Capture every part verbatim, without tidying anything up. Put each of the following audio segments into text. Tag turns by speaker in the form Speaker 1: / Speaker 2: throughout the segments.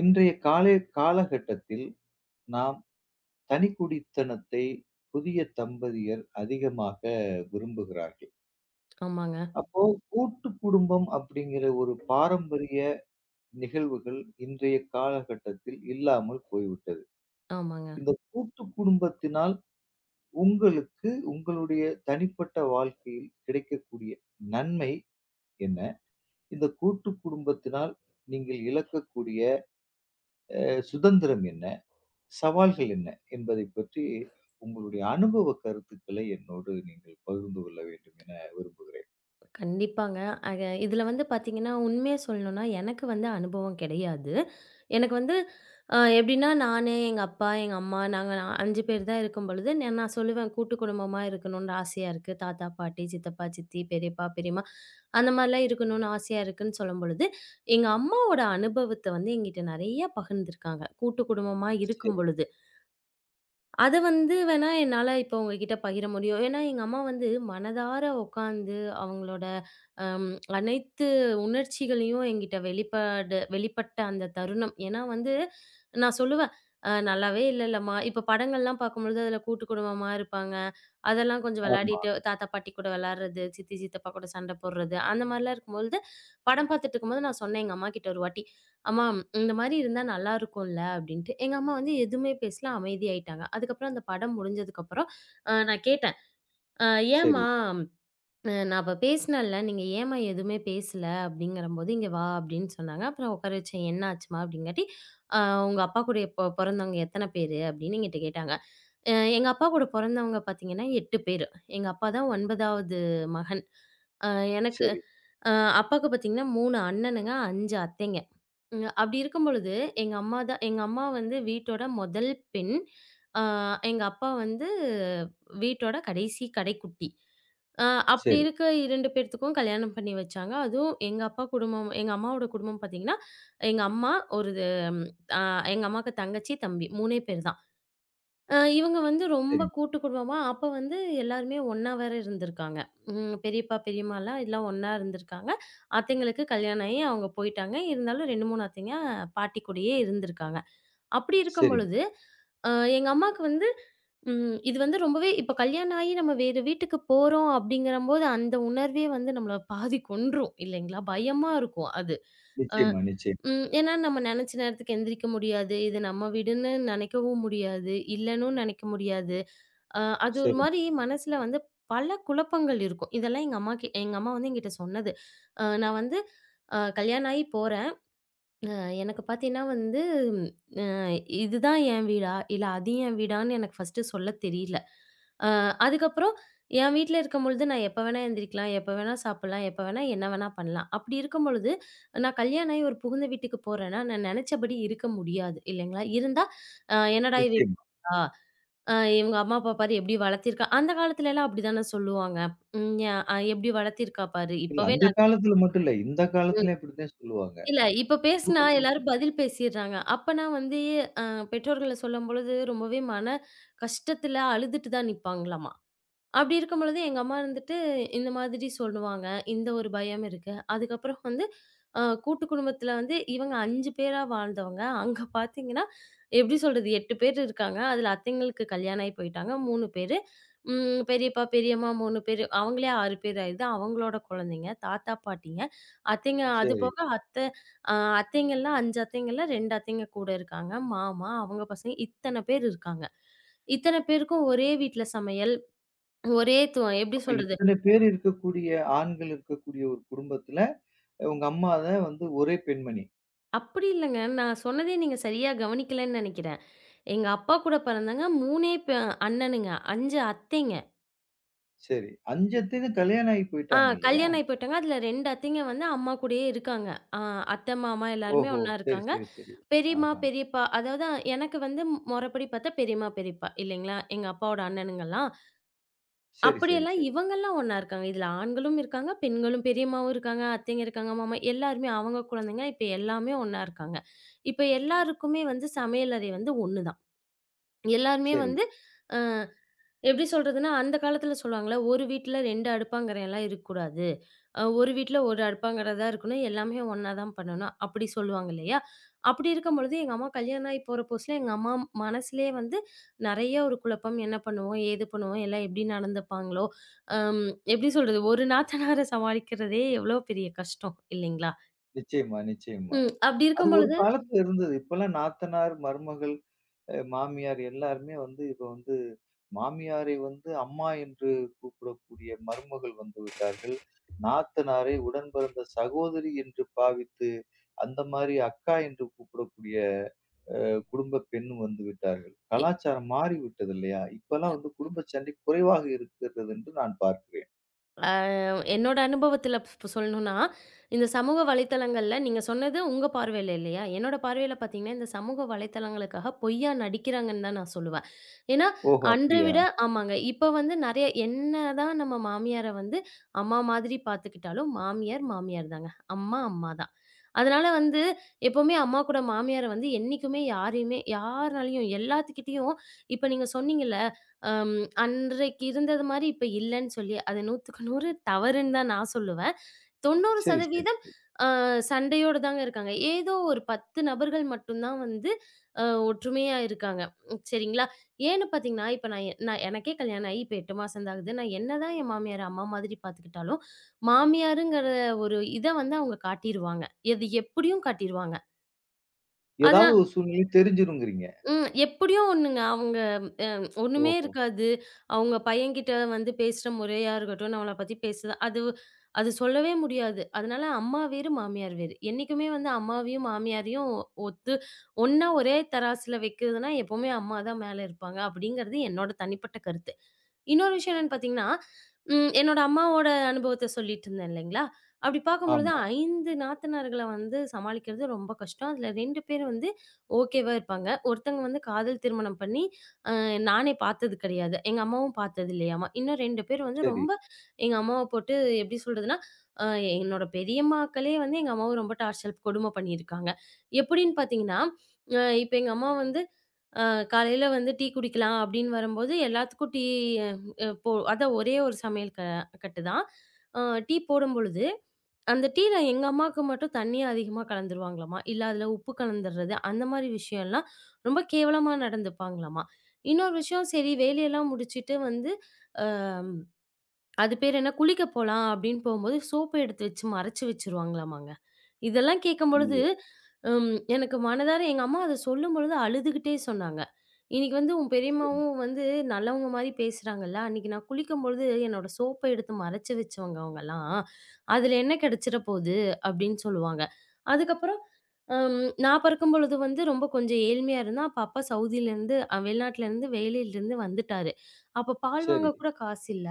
Speaker 1: இன்றைய காலை காலகட்டத்தில் நாம் தனிக்குடித்தனத்தை புதிய தம்பதியர் அதிகமாக விரும்புகிறார்கள்.
Speaker 2: ஆமாங்க,
Speaker 1: அப்போ கூட்டு குடும்பம் அப்படிங்கிற ஒரு பாரம்பரிய நிகழ்வுகள் இன்றைய காலகட்டத்தில் இல்லாமல் போய்விட்டது.
Speaker 2: ஆமாங்க.
Speaker 1: இந்த கூட்டு குடும்பத்தினால் உங்களுக்கு உங்களுடைய தனிப்பட்ட வாழ்க்கையில் கிடைக்கக்கூடிய நன்மை என்ன? இந்த கூட்டு குடும்பத்தினால் நீங்கள் இழக்கக்கூடிய அ சுதந்திரம் என்ன? சவால்கள் என்ன என்பதைப் பற்றி உங்களுடைய அனுபவ கருத்துக்களை என்னோடு நீங்கள் பகிர்ந்து கொள்ள வேண்டும் என விரும்புகிறேன்.
Speaker 2: கண்டிப்பாங்க. அக இதுல வந்து பாத்தீங்கன்னா, உண்மைய சொல்லணும்னா, எனக்கு வந்து அனுபவம் கிடையாது. எனக்கு வந்து அ எப்படின்னா, நானு, எங்க அப்பா, எங்க அம்மா, நாங்க ஐந்து பேர் தான் இருக்கும்பொழுது, ந நான் சொல்லுவேன், கூட்டு குடும்பமா இருக்கணும்னு ஆசையா இருக்கு. தாத்தா, பாட்டி, சித்தப்பா, சித்தி, பெரியப்பா, பெரியம்மா, அந்த மாரிலாம் இருக்கணும்னு ஆசையா இருக்குன்னு சொல்லும்பொழுது, எங்க அம்மாவோட அனுபவத்த வந்து என்கிட்ட நெறைய பகிர்ந்திருக்காங்க. கூட்டு குடும்பமா
Speaker 1: சரி.
Speaker 2: இருக்கும்பொழுது. அத வந்து வேணா என்னால இப்ப உங்ககிட்ட பகிர முடியும். ஏன்னா, எங்க அம்மா வந்து மனதார உட்காந்து அவங்களோட அம் அனைத்து உணர்ச்சிகளையும் என்கிட்ட வெளிப்பாடு வெளிப்பட்ட அந்த தருணம். ஏன்னா வந்து நான் சொல்லுவேன், "அ நல்லாவே இல்லல்லம்மா." இப்ப படங்கள்லாம் பார்க்கும்பொழுது அதுல கூட்டு குடும்பமா இருப்பாங்க. அதெல்லாம் கொஞ்சம்
Speaker 1: ஆமா.
Speaker 2: விளையாடிட்டு தாத்தா, பாட்டி கூட விளையாடுறது, சித்தி, சித்தப்பா கூட சண்டை போடுறது, அந்த மாரிலாம் இருக்கும்பொழுது, படம் பார்த்துட்டு இருக்கும்போது நான் சொன்னேன் எங்க அம்மாகிட்ட ஒரு வாட்டி, "அம்மா இந்த மாரி இருந்தா நல்லாருக்கும்ல அப்டின்ட்டு." எங்க அம்மா வந்து எதுவுமே பேசல. அமைதியாயிட்டாங்க. அதுக்கப்புறம் அந்த படம் முடிஞ்சதுக்கப்புறம் அ நான் கேட்டேன். "அ
Speaker 1: சரி,
Speaker 2: ஏம்மா, அ நான் அப்ப பேசினேன்ல, நீங்க ஏம்மா எதுவுமே பேசல?" அப்படிங்கிறம்போது, "இங்க வா" அப்படின்னு சொன்னாங்க. அப்புறம் உட்கார வச்சேன். "என்ன ஆச்சும்மா?" அப்படிங்காட்டி, "அ உங்க அப்பா கூட பொ பொறந்தவங்க எத்தன பேரு?" அப்படின்னு என்கிட்ட கேட்டாங்க. அ எங்க அப்பா கூட பொறந்தவங்க பார்த்தீங்கன்னா எட்டு பேரு. எங்க அப்பா தான் ஒன்பதாவது மகன். அ எனக்கு
Speaker 1: சரி,
Speaker 2: அ அப்பாவுக்கு பார்த்தீங்கன்னா மூணு அண்ணனுங்க, ஐந்து அத்தைங்க. ம். அப்படி இருக்கும் பொழுது, எங்க அம்மா தான் எங்க அம்மா வந்து வீட்டோட முதல் பெண். அ எங்க அப்பா வந்து வீட்டோட கடைசி கடைக்குட்டி. அ அப்படி
Speaker 1: சரி,
Speaker 2: இருக்க இரண்டு பேர்த்துக்கும் கல்யாணம் பண்ணி வச்சாங்க. அதுவும் எங்க அப்பா குடும்பம் எங்க அம்மாவோட குடும்பம் பார்த்தீங்கன்னா, எங்க அம்மா ஒரு அ எங்க அம்மாவுக்கு தங்கச்சி, தம்பி மூணு பேர் தான். அ இவங்க வந்து ரொம்ப
Speaker 1: சரி,
Speaker 2: கூட்டு குடும்பமா, அப்ப வந்து எல்லாருமே ஒண்ணா வேற இருந்திருக்காங்க. ம் பெரியப்பா, பெரியம்மாலாம் எல்லாம் ஒண்ணா இருந்திருக்காங்க. அத்தைங்களுக்கு கல்யாணம் ஆயி அவங்க போயிட்டாங்க. இருந்தாலும் ரெண்டு, மூணு அத்தைங்க பாட்டி கூடயே இருந்திருக்காங்க. அப்படி இருக்கும்
Speaker 1: சரிங்க.
Speaker 2: பொழுது, அ எங்க அம்மாக்கு வந்து ம் இது வந்து ரொம்பவே இப்ப கல்யாணம் ஆயி நம்ம வேறு வீட்டுக்கு போறோம் அப்படிங்கிறம்போது, அந்த உணர்வே வந்து நம்மள பாதி கொன்றும் இல்லைங்களா? பயமா இருக்கும் அது. அ
Speaker 1: நிச்சயமா, நிச்சயமா.
Speaker 2: ம். ஏன்னா நம்ம நெனச்ச நேரத்துக்கு எந்திரிக்க முடியாது. இது நம்ம வீடுன்னு நெனைக்கவும் முடியாது. இல்லன்னும் நெனைக்க முடியாது. அ அது ஒரு
Speaker 1: சரி,
Speaker 2: மாரி மனசுல வந்து பல குழப்பங்கள் இருக்கும். இதெல்லாம் எங்க அம்மாக்கு எங்க அம்மா வந்து என்கிட்ட சொன்னது. அ நான் வந்து அ கல்யாணம் ஆகி போறேன். அ எனக்கு பார்த்தீங்கன்னா வந்து, அ இதுதான் என் வீடா? இல்ல அது என் வீடான்னு எனக்கு ஃபர்ஸ்ட்டு சொல்ல தெரியல. அ அதுக்கப்புறம் என் வீட்ல இருக்கும்பொழுது நான் எப்ப வேணா எந்திரிக்கலாம், எப்ப வேணா சாப்பிடலாம், எப்ப வேணா என்ன வேணா பண்ணலாம். அப்படி இருக்கும் பொழுது, நான் கல்யாணம் ஆகி ஒரு புகுந்த வீட்டுக்கு போறேன்னா, நான் நெனச்சபடி இருக்க முடியாது இல்லைங்களா? இருந்தா அ என்னடா இவ
Speaker 1: நிச்சயமா.
Speaker 2: ஆ அ இவங்க அம்மா அப்பா பாரு எப்படி வளர்த்திருக்கா? அந்த காலத்துலலாம் அப்படிதானே சொல்லுவாங்க. ம் எ எப்படி வளர்த்திருக்கா பாரு!
Speaker 1: இல்ல
Speaker 2: இப்பவே
Speaker 1: அந்த காலத்துல மட்டும் இல்ல. இந்த
Speaker 2: நான்
Speaker 1: காலத்துலயும் இப்படித்தான் சொல்லுவாங்க.
Speaker 2: இல்ல, இப்ப பேசுனா
Speaker 1: கூட்டு குடும்பம்.
Speaker 2: எல்லாரும் பதில் பேசிர்றாங்க. அப்பன்னா வந்து அ பெற்றோர்கள சொல்லும்பொழுது ரொம்பவே மன கஷ்டத்துல அழுதுட்டு தான் நிப்பாங்களாமா. அப்படி இருக்கும் பொழுது எங்க அம்மா இருந்துட்டு இந்த மாதிரி சொல்லுவாங்க. இந்த ஒரு பயம் இருக்கு. அதுக்கப்புறம் வந்து அ கூட்டு குடும்பத்தில வந்து இவங்க ஐந்து பேரா வாழ்ந்தவங்க. அங்க பார்த்தீங்கன்னா, எப்படி சொல்றது எட்டு பேர் இருக்காங்க. அதில அத்தைங்களுக்கு கல்யாணம் ஆகி போயிட்டாங்க மூணு பேரு. ம் பெரியப்பா, பெரியம்மா மூணு பேரு. அவங்களே ஆறு பேர் ஆயிடுது. அவங்களோட குழந்தைங்க, தாத்தா, பாட்டிங்க, அத்தைங்க அது
Speaker 1: சரி.
Speaker 2: போக அத்தை அ அத்தைங்கலாம் ஐந்து அத்தைங்கள்ல ரெண்டு அத்தைங்க கூட இருக்காங்க. மாமா, அவங்க பசங்க இத்தன பேர் இருக்காங்க. இத்தன பேருக்கும் ஒரே வீட்ல சமையல். ஒரே துவ எப்படி
Speaker 1: அப்ப
Speaker 2: சொல்றது?
Speaker 1: இத்தனை பேர் இருக்கக்கூடிய ஆண்கள் இருக்கக்கூடிய ஒரு குடும்பத்துல உங்க அம்மா தான் வந்து ஒரே பெண்மணி.
Speaker 2: அப்படி இல்லங்க. நான் சொன்னதே நீங்க சரியா கவனிக்கலன்னு நெனைக்கிறேன். எங்க அப்பா கூட பிறந்தவங்க மூணு பே அண்ணனுங்க. ஐந்து அத்தைங்க.
Speaker 1: சரி. ஐந்து அத்தையும் கல்யாணம் ஆகி
Speaker 2: ஆ
Speaker 1: போயிட்டாங்க இல்லையா?
Speaker 2: கல்யாணம் ஆயி போயிட்டாங்க. அதுல ரெண்டு அத்தைங்க வந்து அம்மா கூடயே இருக்காங்க. ஆ அத்தை, மாமா எல்லாருமே
Speaker 1: ஓஹோ!
Speaker 2: ஒண்ணா
Speaker 1: சரி,
Speaker 2: இருக்காங்க.
Speaker 1: சரி, சரி.
Speaker 2: பெரியம்மா,
Speaker 1: ஆஹா.
Speaker 2: பெரியப்பா அதாவது எனக்கு வந்து மொறப்படி பார்த்தா பெரியம்மா, பெரியப்பா இல்லைங்களா? எங்க அப்பாவோட அண்ணனுங்கலாம்.
Speaker 1: சரி, சரி,
Speaker 2: அப்படியெல்லாம்
Speaker 1: சரி,
Speaker 2: இவங்கலாம் ஒண்ணா இருக்காங்க. இதுல ஆண்களும் இருக்காங்க, பெண்களும் பெரியம்மாவும் இருக்காங்க, அத்தைங்க இருக்காங்க, மாமா எல்லாருமே அவங்க குழந்தைங்க இப்ப எல்லாமே ஒண்ணா இருக்காங்க. இப்ப எல்லாருக்குமே வந்து சமையலறை வந்து ஒண்ணுதான். எல்லாருமே
Speaker 1: சரி.
Speaker 2: வந்து அ எப்படி சொல்றதுன்னா, அந்த காலத்துல சொல்லுவாங்கல்ல, ஒரு வீட்ல ரெண்டு அடுப்பாங்கறைலாம் இருக்கக்கூடாது. அ ஒரு வீட்ல ஒரு அடுப்பாங்கற தான் இருக்கணும். எல்லாமே ஒண்ணா தான் பண்ணணும். அப்படி சொல்லுவாங்க இல்லையா? அப்படி இருக்கும்பொழுது எங்க அம்மா கல்யாணம் ஆகி போற புதுசுல எங்க அம்மா மனசுலயே வந்து நெறைய ஒரு குழப்பம். என்ன பண்ணுவோம்? ஏது பண்ணுவோம்? எல்லாம் எப்படி நடந்துப்பாங்களோ? அம் எப்படி சொல்றது? ஒரு நாத்தனார சமாளிக்கிறதே எவ்வளோ பெரிய கஷ்டம் இல்லைங்களா?
Speaker 1: நிச்சயமா, நிச்சயமா.
Speaker 2: ம். அப்படி
Speaker 1: அது
Speaker 2: இருக்கும்
Speaker 1: ஒரு
Speaker 2: பொழுது
Speaker 1: காலத்துல இருந்தது. இப்பல்லாம் நாத்தனார், மருமகள், அ மாமியார் எல்லாருமே வந்து இப்ப வந்து மாமியாரை வந்து அம்மா என்று கூப்பிடக்கூடிய மருமகள் வந்து விட்டார்கள். நாத்தனாரை உடன் பிறந்த சகோதரி என்று பாவித்து, அந்த மாரி அக்கா என்று கூப்பிடக்கூடிய அஹ், குடும்ப பெண்ணும் வந்து விட்டார்கள்.
Speaker 2: எ
Speaker 1: கலாச்சாரம் மாறிவிட்டது இல்லையா? இப்பல்லாம் வந்து குடும்ப சண்டை குறைவாக இருக்கிறது என்று நான் பார்க்கிறேன்.
Speaker 2: என்னோட அனுபவத்துல ப் சொல்லணும்னா, இந்த சமூக வலைத்தளங்கள்ல நீங்க சொன்னது உங்க பார்வையில இல்லையா? என்னோட பார்வையில பார்த்தீங்கன்னா, இந்த சமூக வலைத்தளங்களுக்காக பொய்யா நடிக்கிறாங்கன்னு தான் நான் சொல்லுவேன். ஏன்னா,
Speaker 1: ஓஹோ!
Speaker 2: அன்ற
Speaker 1: அப்படியா?
Speaker 2: விட ஆமாங்க. இப்ப வந்து நெறைய என்னதான் நம்ம மாமியார வந்து அம்மா மாதிரி பார்த்துக்கிட்டாலும், மாமியார் மாமியார் தாங்க. அம்மா அம்மா தான். அதனால வந்து எப்பவுமே அம்மா கூட மாமியார வந்து என்னைக்குமே யாரையுமே யார்னாலயும் எல்லாத்துக்கிட்டயும் இப்ப நீங்க சொன்னீங்கல்ல, அம் அன்றைக்கு இருந்தது மாரி இப்ப இல்லன்னு சொல்லி, அது நூறுக்கு நூறு தவறுன்னு தான் நான் சொல்லுவேன்.
Speaker 1: சரி, சரி,
Speaker 2: தொண்ணூறு சதவீதம்
Speaker 1: சரி.
Speaker 2: அ சண்டையோட தாங்க இருக்காங்க. ஏதோ ஒரு பத்து நபர்கள் மட்டும் தான் வந்து அ ஒற்றுமையா இருக்காங்க. உம் சரிங்களா? ஏன்னு பார்த்தீங்கன்னா, இப்ப நான் எ- நான் எனக்கே கல்யாணம் ஆகி இப்ப எட்டு மாசம் தான் ஆகுது. நான் என்னதான் என் மாமியார அம்மா மாதிரி பார்த்துக்கிட்டாலும், மாமியாருங்கிற ஒரு இத வந்து அவங்க காட்டிருவாங்க. எது எப்படியும் காட்டிருவாங்க.
Speaker 1: ஏதாவது
Speaker 2: அதனா
Speaker 1: ஒரு சூழ்நிலை தெரிஞ்சிருங்கிறீங்க.
Speaker 2: ம் எப்படியும் ஒண்ணுங்க. அவங்க ஒண்ணுமே
Speaker 1: ஓஹோ!
Speaker 2: இருக்காது. அவங்க பையன்கிட்ட வந்து பேசுற முறையா இருக்கட்டும், நம்மள பத்தி பேசுற அது அது சொல்லவே முடியாது. அதனால அம்மா வேறு, மாமியார் வேறு. என்னைக்குமே வந்து அம்மாவையும், மாமியாரையும் ஒத்து ஒண்ணா ஒரே தராசுல வைக்கிறதுன்னா, எப்பவுமே அம்மா தான் மேல இருப்பாங்க. அப்படிங்கிறது என்னோட தனிப்பட்ட கருத்து. இன்னொரு விஷயம் என்னன்னு பார்த்தீங்கன்னா, ம் என்னோட அம்மாவோட அனுபவத்த சொல்லிட்டு இருந்தேன் இல்லைங்களா? அப்படி பார்க்கும்பொழுது
Speaker 1: ஆமா.
Speaker 2: ஐந்து நாத்தனார்கள வந்து சமாளிக்கிறது ரொம்ப கஷ்டம். அதுல ரெண்டு பேர் வந்து ஓகேவா இருப்பாங்க. ஒருத்தங்க வந்து காதல் திருமணம் பண்ணி நானே பார்த்தது கிடையாது. எங்க அம்மாவும் பார்த்தது இல்லையாம்மா. இன்னும் ரெண்டு பேர் வந்து
Speaker 1: சரி.
Speaker 2: ரொம்ப எங்க அம்மாவ போட்டு எப்படி சொல்றதுன்னா, அ என்னோட பெரியம்மாக்களே வந்து எங்க அம்மாவ ரொம்ப டார்ச்சர் கொடுமை பண்ணியிருக்காங்க. எப்படின்னு பார்த்தீங்கன்னா, அ இப்ப எங்க அம்மா வந்து காலையில வந்து டீ குடிக்கலாம் அப்படின்னு வரும்போது எல்லாத்துக்கும் டீ அ போ அதான் ஒரே ஒரு சமையல் க கட்டு தான். அ டீ போடும்பொழுது, அந்த டீல எங்க அம்மாவுக்கு மட்டும் தண்ணி அதிகமா கலந்துருவாங்களாமா, இல்ல அதில உப்பு கலந்துடுறது அந்த மாரி விஷயம்லாம் ரொம்ப கேவலமா நடந்துப்பாங்களாமா. இன்னொரு விஷயம் சரி வேலையெல்லாம் முடிச்சுட்டு வந்து அது பேர் என்ன, குளிக்க போலாம் அப்படின்னு போம்போது, சோப்பு எடுத்து வச்சு மறைச்சு வச்சுருவாங்களாமாங்க. இதெல்லாம் கேட்கும்பொழுது,
Speaker 1: ஐயய்யோ!
Speaker 2: ம் எனக்கு மனதார எங்க அம்மா அத சொல்லும்பொழுது அழுதுகிட்டே சொன்னாங்க. "இன்னைக்கு வந்து உன்
Speaker 1: சரி,
Speaker 2: பெரியம்மாவும் வந்து நல்லவங்க மாரி பேசுறாங்கல்ல, அன்னைக்கு நான் குளிக்கும்பொழுது என்னோட சோப்ப எடுத்து மறைச்சு வச்சவங்க அவங்கலாம். அதுல என்ன கிடைச்சிட போகுது?" அப்படின்னு சொல்லுவாங்க. அதுக்கப்புறம் அம் நான் பிறக்கும்பொழுது வந்து ரொம்ப கொஞ்சம் ஏழ்மையா இருந்தேன். அப்ப அப்பா சவுதியிலேருந்து அ வெளிநாட்டிலேருந்து வேலையிலேருந்து வந்துட்டாரு. அப்ப பால் வாங்க
Speaker 1: சரி.
Speaker 2: கூட காசு இல்ல.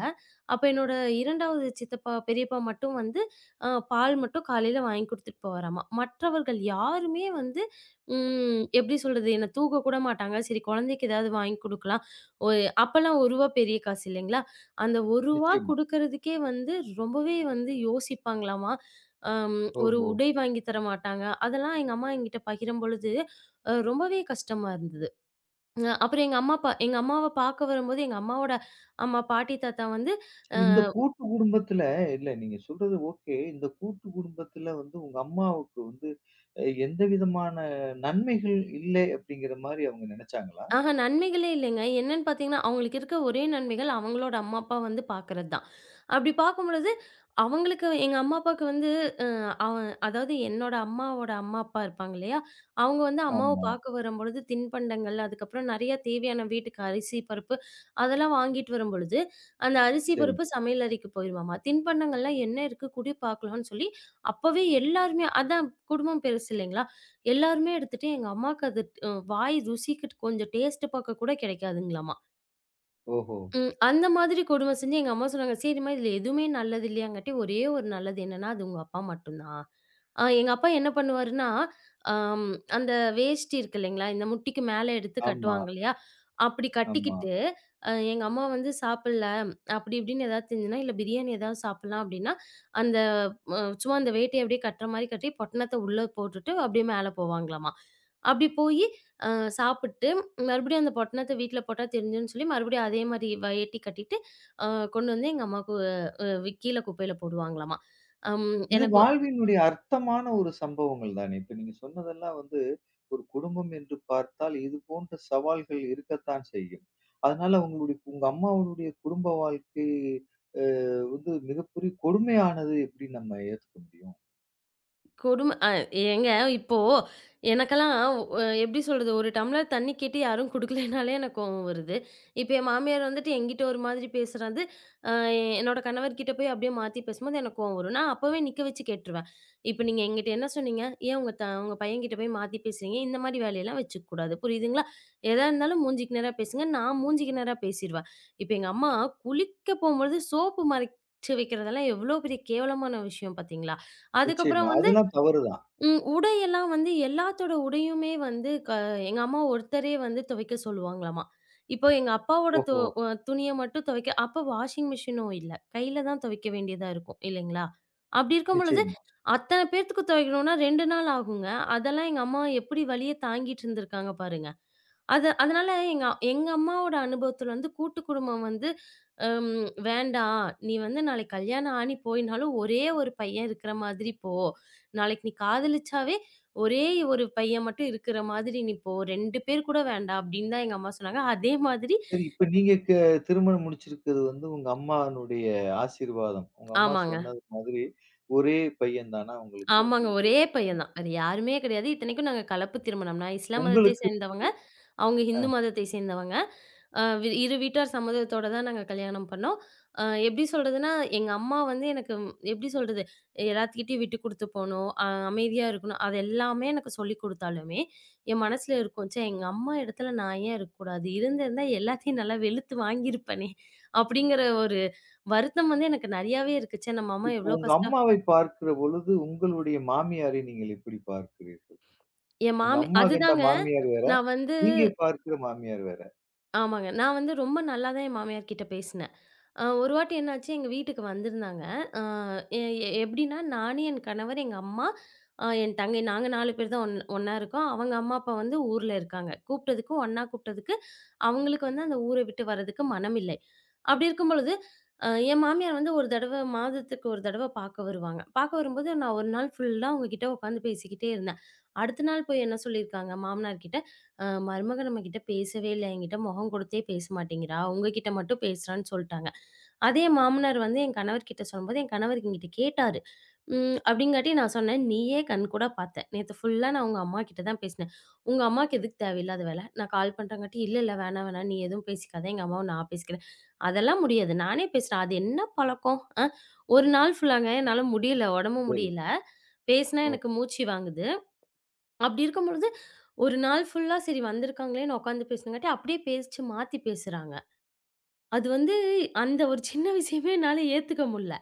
Speaker 2: அப்ப என்னோட இரண்டாவது சித்தப்பா, பெரியப்பா மட்டும் வந்து அ பால் மட்டும் காலையில வாங்கி குடுத்துட்டு போவாராமா. மற்றவர்கள் யாருமே வந்து ம் எப்படி சொல்றது? என்ன தூக்க கூட மாட்டாங்க. சரி குழந்தைக்கு ஏதாவது வாங்கி குடுக்கலாம். ஒரு அப்பலாம் ரூபாய் ஒரு பெரிய காசு இல்லைங்களா? அந்த ரூபாய் ஒரு
Speaker 1: நிச்சயமா.
Speaker 2: குடுக்கறதுக்கே வந்து ரொம்பவே வந்து யோசிப்பாங்களாமா. அம் ஒரு
Speaker 1: ஓஹோ!
Speaker 2: உடை வாங்கி தர மாட்டாங்க. அதெல்லாம் எங்க அம்மா என்கிட்ட பகிரும்பொழுது அ ரொம்பவே கஷ்டமா இருந்தது. அ அப்புறம் எங்க அம்மா, அப்பா எங்க அம்மாவ பாக்க வரும்போது எங்க அம்மாவோட அம்மா, பாட்டி, தாத்தா வந்து அ
Speaker 1: சரி இந்த கூட்டு குடும்பத்துல இல்ல நீங்க சொல்றது ஓகே. இந்த கூட்டு குடும்பத்துல வந்து உங்க அம்மாவுக்கு வந்து அ எந்த விதமான நன்மைகள் இல்லை அப்படிங்கிற மாரி அவங்க நெனச்சாங்களா?
Speaker 2: ஆஹா! நன்மைகளே இல்லைங்க. என்னன்னு பார்த்தீங்கன்னா, அவங்களுக்கு இருக்க ஒரே நன்மைகள் அவங்களோட அம்மா, அப்பா வந்து பார்க்குறது தான். அப்படி பார்க்கும்பொழுது, அவங்களுக்கு எங்க அம்மா, அப்பாவுக்கு வந்து அ அவன் அதாவது என்னோட அம்மாவோட அம்மா, அப்பா இருப்பாங்க இல்லையா? அவங்க வந்து அம்மாவ
Speaker 1: ஆமா.
Speaker 2: பார்க்க வரும்பொழுது தின்பண்டங்கள், அதுக்கப்புறம் நெறைய தேவையான வீட்டுக்கு அரிசி, பருப்பு அதெல்லாம் வாங்கிட்டு வரும்பொழுது, அந்த அரிசி, பருப்பு
Speaker 1: சரிங்க.
Speaker 2: சமையல் அறைக்கு போயிருமாமா. தின்பண்டங்கள்லாம் என்ன இருக்கு? குடு பார்க்கலாம்ன்னு சொல்லி, அப்பவே எல்லாருமே அதான் குடும்பம் பெருசு இல்லைங்களா? எல்லாருமே எடுத்துட்டு எங்க அம்மாக்கு அது அ வாய் ருசிக்கு கொஞ்சம் டேஸ்ட் பார்க்க கூட கிடைக்காதுங்களாம்.
Speaker 1: ஓஹோ!
Speaker 2: ம். அந்த மாதிரி கொடும செஞ்சு எங்க அம்மா சொன்னாங்க. சரிம்மா இதுல எதுவுமே நல்லது இல்லையாங்காட்டி, ஒரே ஒரு நல்லது என்னன்னா, அது உங்க அப்பா மட்டும்தான். அ எங்க அப்பா என்ன பண்ணுவாருன்னா, அம் அந்த வேஷ்டி இருக்கு இல்லைங்களா? இந்த முட்டிக்கு மேல எடுத்து
Speaker 1: ஆமா,
Speaker 2: கட்டுவாங்க இல்லையா? அப்படி
Speaker 1: ஆமா.
Speaker 2: கட்டிக்கிட்டு, அ எங்க அம்மா வந்து சாப்பிடல, அப்படி இப்படின்னு ஏதாவது செஞ்சுனா, இல்ல பிரியாணி ஏதாவது சாப்பிடலாம் அப்படின்னா, அந்த அ சும்மா அந்த வேட்டைய அப்படியே கட்டுற மாரி கட்டி, பொட்டணத்த உள்ள போட்டுட்டு அப்படியே மேல போவாங்களாமா. அப்படி போயி அ சாப்பிட்டு மறுபடியும் அந்த பொட்டணத்த வீட்ல போட்டா தெரிஞ்சுரும்ன்னு சொல்லி, மறுபடியும் அதே மாரி வேட்டி கட்டிட்டு, அ கொண்டு வந்து எங்க அம்மாவுக்கு அ கீழ குப்பையில போடுவாங்களாமா. அம்
Speaker 1: இது
Speaker 2: எனக்கு
Speaker 1: வாழ்வினுடைய அர்த்தமான ஒரு சம்பவங்கள் தானே. இப்ப நீங்க சொன்னதெல்லாம் வந்து ஒரு குடும்பம் என்று பார்த்தால் இது போன்ற சவால்கள் இருக்கத்தான் செய்யும். அதனால உங்களுடைய உங்க அம்மாவுடைய குடும்ப வாழ்க்கை அ வந்து மிகப்பெரிய கொடுமையானது எப்படி நம்ம ஏத்துக்க முடியும்?
Speaker 2: கொடும. அ ஏங்க இப்போ எனக்கெல்லாம் அ எப்படி சொல்றது? ஒரு டம்ளர் தண்ணி கேட்டு யாரும் குடுக்கலைனாலே எனக்கு கோவம் வருது. இப்ப என் மாமியார் வந்துட்டு என்கிட்ட ஒரு மாதிரி பேசுறது, அ என்னோட கணவர்கிட்ட போய் அப்படியே மாத்தி பேசும்போது எனக்கு கோவம் வரும். நான் அப்பவே நிக்க வச்சு கேட்டுருவேன். இப்ப நீங்க என்கிட்ட என்ன சொன்னீங்க? ஏன் உங்க த உங்க பையன்கிட்ட போய் மாத்தி பேசுறீங்க? இந்த மாரி வேலையெல்லாம் வச்சுக்கக் கூடாது. புரியுதுங்களா? எதா இருந்தாலும் மூஞ்சிக்கு நேரா பேசுங்க. நான் மூஞ்சிக்கு நேரா பேசிருவேன். இப்ப எங்க அம்மா குளிக்க போம்பொழுது சோப்பு மறைச்சு வைக்கிறதெல்லாம் எவ்வளோ பெரிய கேவலமான விஷயம் பார்த்தீங்களா?
Speaker 1: நிச்சயமா.
Speaker 2: அதுக்கப்புறம் வந்து
Speaker 1: அதெல்லாம் தவறுதான்.
Speaker 2: ம். உடையெல்லாம் வந்து எல்லாத்தோட உடையுமே வந்து க எங்க அம்மா ஒருத்தரே வந்து துவைக்க சொல்லுவாங்களாமா. இப்போ எங்க அப்பாவோட து
Speaker 1: ஓஹோ!
Speaker 2: அ துணிய மட்டும் துவைக்க அப்ப வாஷிங் மிஷினும் இல்ல. கையில தான் துவைக்க வேண்டியதா இருக்கும் இல்லைங்களா? அப்படி இருக்கும் பொழுது
Speaker 1: நிச்சயமா.
Speaker 2: அத்தன பேத்துக்கு துவைக்கணும்னா ரெண்டு நாள் ஆகுங்க. அதெல்லாம் எங்க அம்மா எப்படி வலிய தாங்கிட்டு இருந்திருக்காங்க பாருங்க. அது அதனால எங்க எங்க அம்மாவோட அனுபவத்துல வந்து கூட்டு குடும்பம் வந்து ம் "வேண்டாம். நீ வந்து நாளைக்கு கல்யாணம் ஆணி போயினாலும் ஒரே ஒரு பையன் இருக்கிற மாதிரி போ. நாளைக்கு நீ காதலிச்சாவே ஒரே ஒரு பையன் மட்டும் இருக்கிற மாதிரி நீ போ. ரெண்டு பேர் கூட வேண்டாம்." அப்படின்னு தான் எங்க அம்மா சொன்னாங்க. அதே மாதிரி
Speaker 1: சரி இப்ப நீங்க க திருமணம் முடிச்சிருக்கிறது வந்து உங்க அம்மானுடைய ஆசீர்வாதம். உங்க அம்மா
Speaker 2: ஆமாங்க.
Speaker 1: சொன்னது மாதிரி ஒரே பையன் தானா உங்களுக்கு?
Speaker 2: ஆமாங்க.
Speaker 1: உங்களுடைய
Speaker 2: ஒரே பையன் தான்.
Speaker 1: கணவர்.
Speaker 2: வேற யாருமே கிடையாது. இத்தனைக்கும் நாங்க கலப்பு திருமணம். நான் இஸ்லாம் மதத்தை
Speaker 1: உங்களுக்கு
Speaker 2: சேர்ந்தவங்க. அவங்க இந்து மதத்தை சேர்ந்தவங்க. அ வி இரு வீட்டார் சம்மதத்தோட தான் நாங்க கல்யாணம் பண்ணோம். அ எப்படி சொல்றதுன்னா, எங்க அம்மா வந்து எனக்கு ம், எப்படி சொல்றது? எல்லாத்துக்கிட்டயும் விட்டு குடுத்து போணும். அ அமைதியா இருக்கணும். அது எல்லாமே எனக்கு சொல்லிக் குடுத்தாலுமே, என் மனசுல இருக்கும். ச்சே! எங்க அம்மா இடத்துல நான் ஏன் இருக்கக்கூடாது? இருந்திருந்தா எல்லாத்தையும் நல்லா வெளுத்து வாங்கியிருப்பேனே! அப்படிங்கிற ஒரு வருத்தம் வந்து எனக்கு நெறையாவே இருக்கு. ச்சே! நம்ம அம்மா
Speaker 1: இப்போ
Speaker 2: எவ்வளோ
Speaker 1: உங்க
Speaker 2: கஷ்ட
Speaker 1: அம்மாவை பார்க்கிற பொழுது, உங்களுடைய மாமியாரை நீங்கள் எப்படி பார்க்கிறீர்கள்?
Speaker 2: என்
Speaker 1: உங்க
Speaker 2: மாமி
Speaker 1: அம்மா கண்ட
Speaker 2: அதுதாங்க.
Speaker 1: மாமியார் வேற,
Speaker 2: நான் வந்து
Speaker 1: நீங்க பார்க்கிற மாமியார் வேற.
Speaker 2: ஆமாங்க. நான் வந்து ரொம்ப நல்லா தான் என் மாமியார் கிட்ட பேசினேன். அ ஒரு வாட்டி என்னாச்சு, எங்க வீட்டுக்கு வந்திருந்தாங்க. அ எ எ எப்படின்னா, நானு, என் கணவர், எங்க அம்மா, அ என் தங்கை நாங்க நாலு பேர் தான் ஒன் ஒண்ணா இருக்கோம். அவங்க அம்மா, அப்பா வந்து ஊர்ல இருக்காங்க. கூப்பிட்டதுக்கு ஒண்ணா கூப்பிட்டதுக்கு, அவங்களுக்கு வந்து அந்த ஊரை விட்டு வர்றதுக்கு மனமில்லை. அப்படி இருக்கும் பொழுது, அ என் மாமியார் வந்து ஒரு தடவ மாதத்துக்கு ஒரு தடவ பார்க்க வருவாங்க. பார்க்க வரும்போது நான் ஒரு நாள் ஃபுல்லா அவங்க கிட்ட உட்காந்து பேசிக்கிட்டே இருந்தேன். அடுத்த நாள் போய் என்ன சொல்லியிருக்காங்க மாமனார் கிட்ட, "அ மருமக நம்மகிட்ட பேசவே இல்ல. என்கிட்ட முகம் கொடுத்தே பேச மாட்டேங்கிறா. உங்ககிட்ட மட்டும் பேசுறான்னு" சொல்ட்டாங்க. அதே மாமனார் வந்து என் கணவர்கிட்ட சொல்லும்போது, என் கணவர் என்கிட்ட கேட்டாரு. ம். அப்படிங்காட்டி நான் சொன்னேன், "நீயே கண்கூடா பார்த்த. நேத்து ஃபுல்லா நான் உங்க அம்மா கிட்ட தான் பேசினேன். உங்க அம்மாக்கு எதுக்கு தேவையில்லாத வேல? நான் கால் பண்றேங்காட்டி, "இல்ல, இல்ல வேணாம், வேணாம். நீ எதுவும் பேசிக்காத. எங்க அம்மாவ நான் பேசிக்கிறேன்." அதெல்லாம் முடியாது. நானே பேசுறேன். அது என்ன பழக்கம்? அ. ஒரு நாள் ஃபுல்லாங்க என்னால முடியல. உடம்பு
Speaker 1: சரி.
Speaker 2: முடியல. பேசினா
Speaker 1: ஓகே.
Speaker 2: எனக்கு மூச்சு வாங்குது. அப்படி இருக்கும்பொழுது, ஒரு நாள் ஃபுல்லா சரி வந்திருக்காங்களேன்னு உட்காந்து பேசினங்காட்டி, அப்படியே பேச்சு மாத்தி பேசுறாங்க. அது வந்து அந்த ஒரு சின்ன விஷயமே என்னால ஏத்துக்க முடில.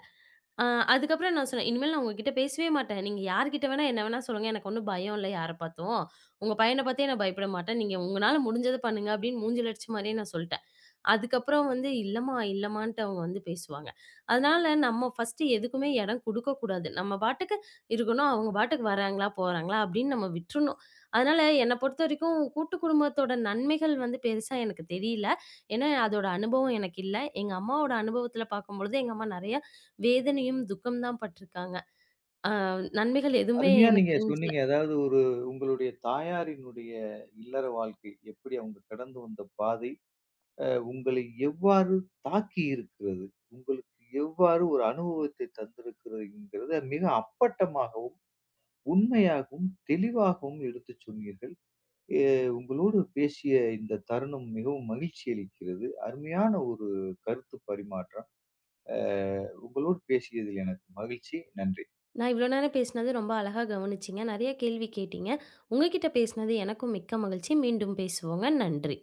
Speaker 2: அ அதுக்கப்புறம் நான் சொன்னேன், "இனிமேல் நான் உங்ககிட்ட பேசவே மாட்டேன். நீங்க யார்கிட்ட வேணா என்ன வேணா சொல்லுங்க. எனக்கு ஒண்ணும் பயம் இல்ல யார பார்த்தும். உங்க பையன பார்த்தே நான் பயப்பட மாட்டேன். நீங்க உங்கனால முடிஞ்சத பண்ணுங்க" அப்படின்னு மூஞ்சில அடிச்ச மாரியே நான் சொல்ட்டேன். அதுக்கப்புறம் வந்து இல்லம்மா, இல்லம்மான்ட்டு அவங்க வந்து பேசுவாங்க. அதனால நம்ம ஃபர்ஸ்ட்டு எதுக்குமே இடம் குடுக்கக்கூடாது. நம்ம பாட்டுக்கு இருக்கணும். அவங்க பாட்டுக்கு வராங்களா, போறாங்களா அப்படின்னு நம்ம விட்டுறணும். அதனால என்ன பொறுத்தவரைக்கும் கூட்டு குடும்பத்தோட நன்மைகள் வந்து பெருசா எனக்கு தெரியல. ஏன்னா அதோட அனுபவம் எனக்கு இல்ல. எங்க அம்மாவோட அனுபவத்தில பார்க்கும்பொழுது எங்க அம்மா நெறைய வேதனையும், துக்கம் தான் பட்டுருக்காங்க. அ நன்மைகள் எதுவுமே
Speaker 1: அருமையா
Speaker 2: எனக்கு
Speaker 1: நீங்க
Speaker 2: தெரிஞ்சு
Speaker 1: சொன்னீங்க. அதாவது ஒரு உங்களுடைய தாயாரினுடைய இல்லற வாழ்க்கை, எப்படி அவங்க கடந்து வந்த பாதை, உங்களை எவ்வாறு தாக்கி இருக்கிறது? உங்களுக்கு எவ்வாறு ஒரு அனுபவத்தை தந்திருக்கிறதுங்கிறத மிக அப்பட்டமாகவும், உண்மையாகவும், தெளிவாகவும் எடுத்துச் சொன்னீர்கள். எ உங்களோடு பேசிய இந்த தருணம் மிகவும் மகிழ்ச்சி அளிக்கிறது. அருமையான ஒரு கருத்து பரிமாற்றம். அ உங்களோடு பேசியதில் எனக்கு மகிழ்ச்சி. நன்றி.
Speaker 2: நான் இவ்வளோ நேரம் பேசினது ரொம்ப அழகா கவனிச்சீங்க. நெறைய கேள்வி கேட்டீங்க. உங்க கிட்ட பேசினது எனக்கும் மிக்க மகிழ்ச்சி. மீண்டும் பேசுவோங்க. நன்றி.